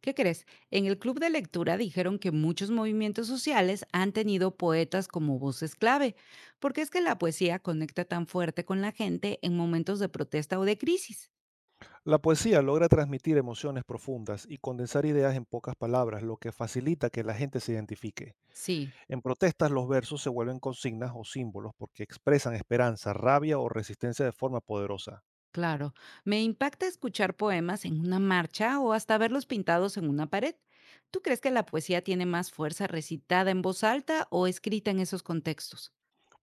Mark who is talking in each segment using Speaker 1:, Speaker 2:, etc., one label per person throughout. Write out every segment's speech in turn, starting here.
Speaker 1: ¿Qué crees? En el club de lectura dijeron que muchos movimientos sociales han tenido poetas como voces clave, porque es que la poesía conecta tan fuerte con la gente en momentos de protesta o de crisis.
Speaker 2: La poesía logra transmitir emociones profundas y condensar ideas en pocas palabras, lo que facilita que la gente se identifique.
Speaker 1: Sí,
Speaker 2: En protestas los versos se vuelven consignas o símbolos porque expresan esperanza, rabia o resistencia de forma poderosa.
Speaker 1: claro. Me impacta escuchar poemas en una marcha o hasta verlos pintados en una pared. ¿Tú crees que la poesía tiene más fuerza recitada en voz alta o escrita en esos contextos?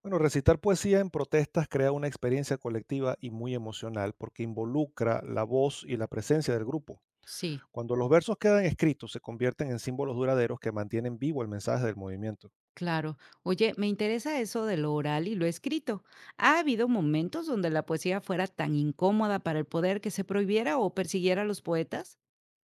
Speaker 2: Bueno, recitar poesía en protestas crea una experiencia colectiva y muy emocional porque involucra la voz y la presencia del grupo.
Speaker 1: Sí.
Speaker 2: Cuando los versos quedan escritos, se convierten en símbolos duraderos que mantienen vivo el mensaje del movimiento.
Speaker 1: Claro. Oye, me interesa eso de lo oral y lo escrito. ¿Ha habido momentos donde la poesía fuera tan incómoda para el poder que se prohibiera o persiguiera a los poetas?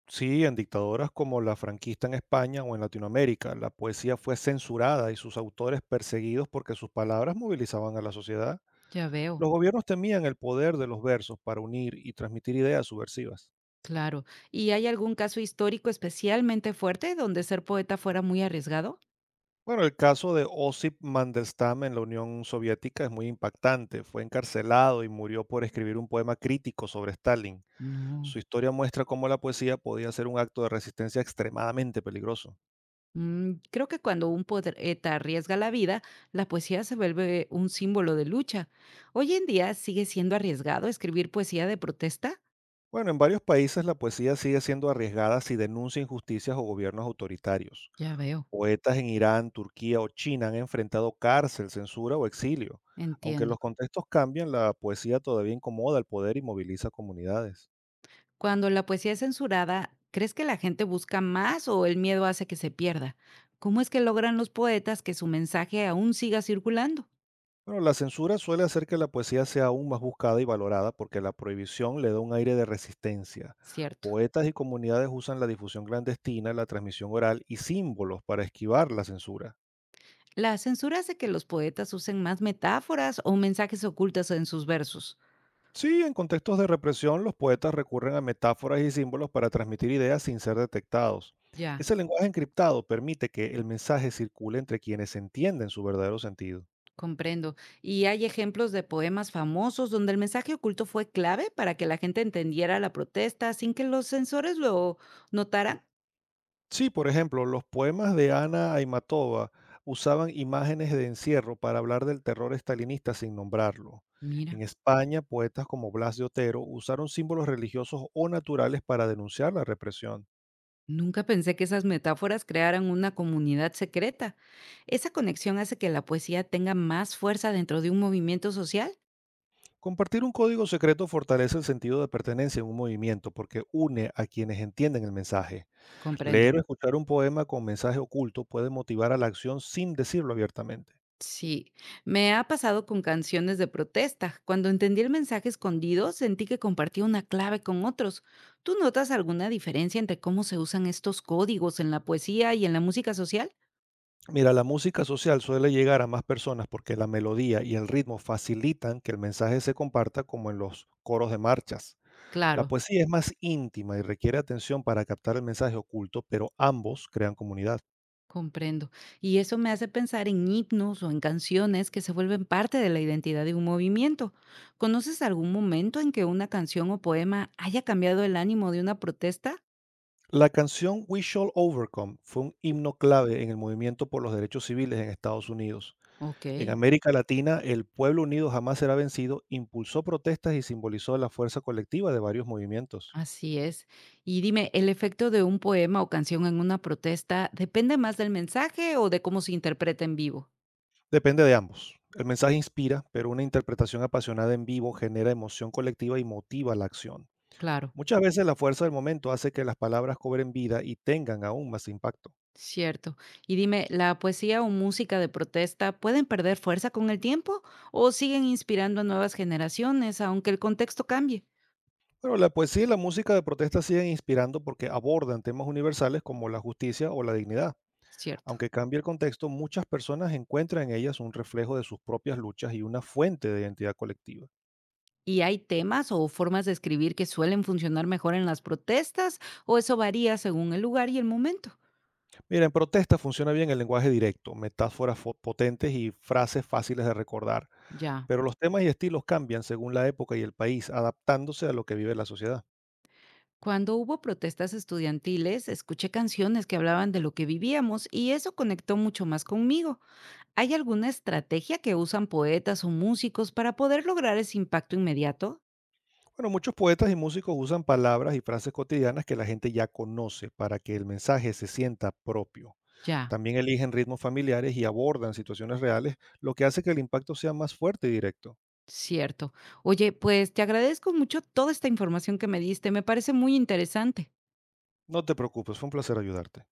Speaker 2: Sí, en dictaduras como la franquista en España o en Latinoamérica, la poesía fue censurada y sus autores perseguidos porque sus palabras movilizaban a la sociedad.
Speaker 1: Ya veo,
Speaker 2: Los gobiernos temían el poder de los versos para unir y transmitir ideas subversivas.
Speaker 1: claro. ¿Y hay algún caso histórico especialmente fuerte donde ser poeta fuera muy arriesgado?
Speaker 2: Bueno, el caso de Osip Mandelstam en la Unión Soviética es muy impactante. Fue encarcelado y murió por escribir un poema crítico sobre Stalin.
Speaker 1: No.
Speaker 2: Su historia muestra cómo la poesía podía ser un acto de resistencia extremadamente peligroso.
Speaker 1: Creo que cuando un poeta arriesga la vida, la poesía se vuelve un símbolo de lucha. Hoy en día sigue siendo arriesgado escribir poesía de protesta.
Speaker 2: Bueno, en varios países la poesía sigue siendo arriesgada si denuncia injusticias o gobiernos autoritarios.
Speaker 1: Ya veo,
Speaker 2: Poetas en Irán, Turquía o China han enfrentado cárcel, censura o exilio. Aunque
Speaker 1: entiendo.
Speaker 2: los contextos cambian, la poesía todavía incomoda al poder y moviliza comunidades.
Speaker 1: Cuando la poesía es censurada, ¿crees que la gente busca más o el miedo hace que se pierda? ¿Cómo es que logran los poetas que su mensaje aún siga circulando?
Speaker 2: Bueno, la censura suele hacer que la poesía sea aún más buscada y valorada porque la prohibición le da un aire de resistencia.
Speaker 1: Cierto.
Speaker 2: Poetas y comunidades usan la difusión clandestina, la transmisión oral y símbolos para esquivar la censura.
Speaker 1: La censura hace que los poetas usen más metáforas o mensajes ocultos en sus versos.
Speaker 2: Sí, en contextos de represión, los poetas recurren a metáforas y símbolos para transmitir ideas sin ser detectados.
Speaker 1: Ya,
Speaker 2: Ese lenguaje encriptado permite que el mensaje circule entre quienes entienden su verdadero sentido.
Speaker 1: comprendo. ¿Y hay ejemplos de poemas famosos donde el mensaje oculto fue clave para que la gente entendiera la protesta sin que los censores lo notaran?
Speaker 2: Sí, por ejemplo, los poemas de Ana Aymatova usaban imágenes de encierro para hablar del terror estalinista sin nombrarlo.
Speaker 1: Mira.
Speaker 2: En España, poetas como Blas de Otero usaron símbolos religiosos o naturales para denunciar la represión.
Speaker 1: Nunca pensé que esas metáforas crearan una comunidad secreta. ¿Esa conexión hace que la poesía tenga más fuerza dentro de un movimiento social?
Speaker 2: Compartir un código secreto fortalece el sentido de pertenencia en un movimiento porque une a quienes entienden el mensaje.
Speaker 1: Comprendo.
Speaker 2: Leer o escuchar un poema con mensaje oculto puede motivar a la acción sin decirlo abiertamente.
Speaker 1: Sí, me ha pasado con canciones de protesta. Cuando entendí el mensaje escondido, sentí que compartía una clave con otros. ¿Tú notas alguna diferencia entre cómo se usan estos códigos en la poesía y en la música social?
Speaker 2: Mira, la música social suele llegar a más personas porque la melodía y el ritmo facilitan que el mensaje se comparta como en los coros de marchas. La
Speaker 1: Claro,
Speaker 2: poesía es más íntima y requiere atención para captar el mensaje oculto, pero ambos crean comunidad.
Speaker 1: comprendo. Y eso me hace pensar en himnos o en canciones que se vuelven parte de la identidad de un movimiento. ¿Conoces algún momento en que una canción o poema haya cambiado el ánimo de una protesta?
Speaker 2: La canción We Shall Overcome fue un himno clave en el movimiento por los derechos civiles en Estados Unidos.
Speaker 1: Ok,
Speaker 2: En América Latina, el Pueblo Unido Jamás Será Vencido impulsó protestas y simbolizó la fuerza colectiva de varios movimientos.
Speaker 1: así es. Y dime, ¿el efecto de un poema o canción en una protesta depende más del mensaje o de cómo se interpreta en vivo?
Speaker 2: Depende de ambos. El mensaje inspira, pero una interpretación apasionada en vivo genera emoción colectiva y motiva la acción.
Speaker 1: Claro,
Speaker 2: Muchas veces la fuerza del momento hace que las palabras cobren vida y tengan aún más impacto.
Speaker 1: cierto. Y dime, ¿la poesía o música de protesta pueden perder fuerza con el tiempo o siguen inspirando a nuevas generaciones aunque el contexto cambie?
Speaker 2: Pero la poesía y la música de protesta siguen inspirando porque abordan temas universales como la justicia o la dignidad.
Speaker 1: Cierto.
Speaker 2: Aunque cambie el contexto, muchas personas encuentran en ellas un reflejo de sus propias luchas y una fuente de identidad colectiva.
Speaker 1: ¿Y hay temas o formas de escribir que suelen funcionar mejor en las protestas o eso varía según el lugar y el momento?
Speaker 2: Mira, en protesta funciona bien el lenguaje directo, metáforas potentes y frases fáciles de recordar,
Speaker 1: Ya.
Speaker 2: pero los temas y estilos cambian según la época y el país, adaptándose a lo que vive la sociedad.
Speaker 1: Cuando hubo protestas estudiantiles, escuché canciones que hablaban de lo que vivíamos y eso conectó mucho más conmigo. ¿Hay alguna estrategia que usan poetas o músicos para poder lograr ese impacto inmediato?
Speaker 2: Bueno, muchos poetas y músicos usan palabras y frases cotidianas que la gente ya conoce para que el mensaje se sienta propio.
Speaker 1: Ya,
Speaker 2: También eligen ritmos familiares y abordan situaciones reales, lo que hace que el impacto sea más fuerte y directo.
Speaker 1: cierto. Oye, pues te agradezco mucho toda esta información que me diste, me parece muy interesante.
Speaker 2: No te preocupes, fue un placer ayudarte.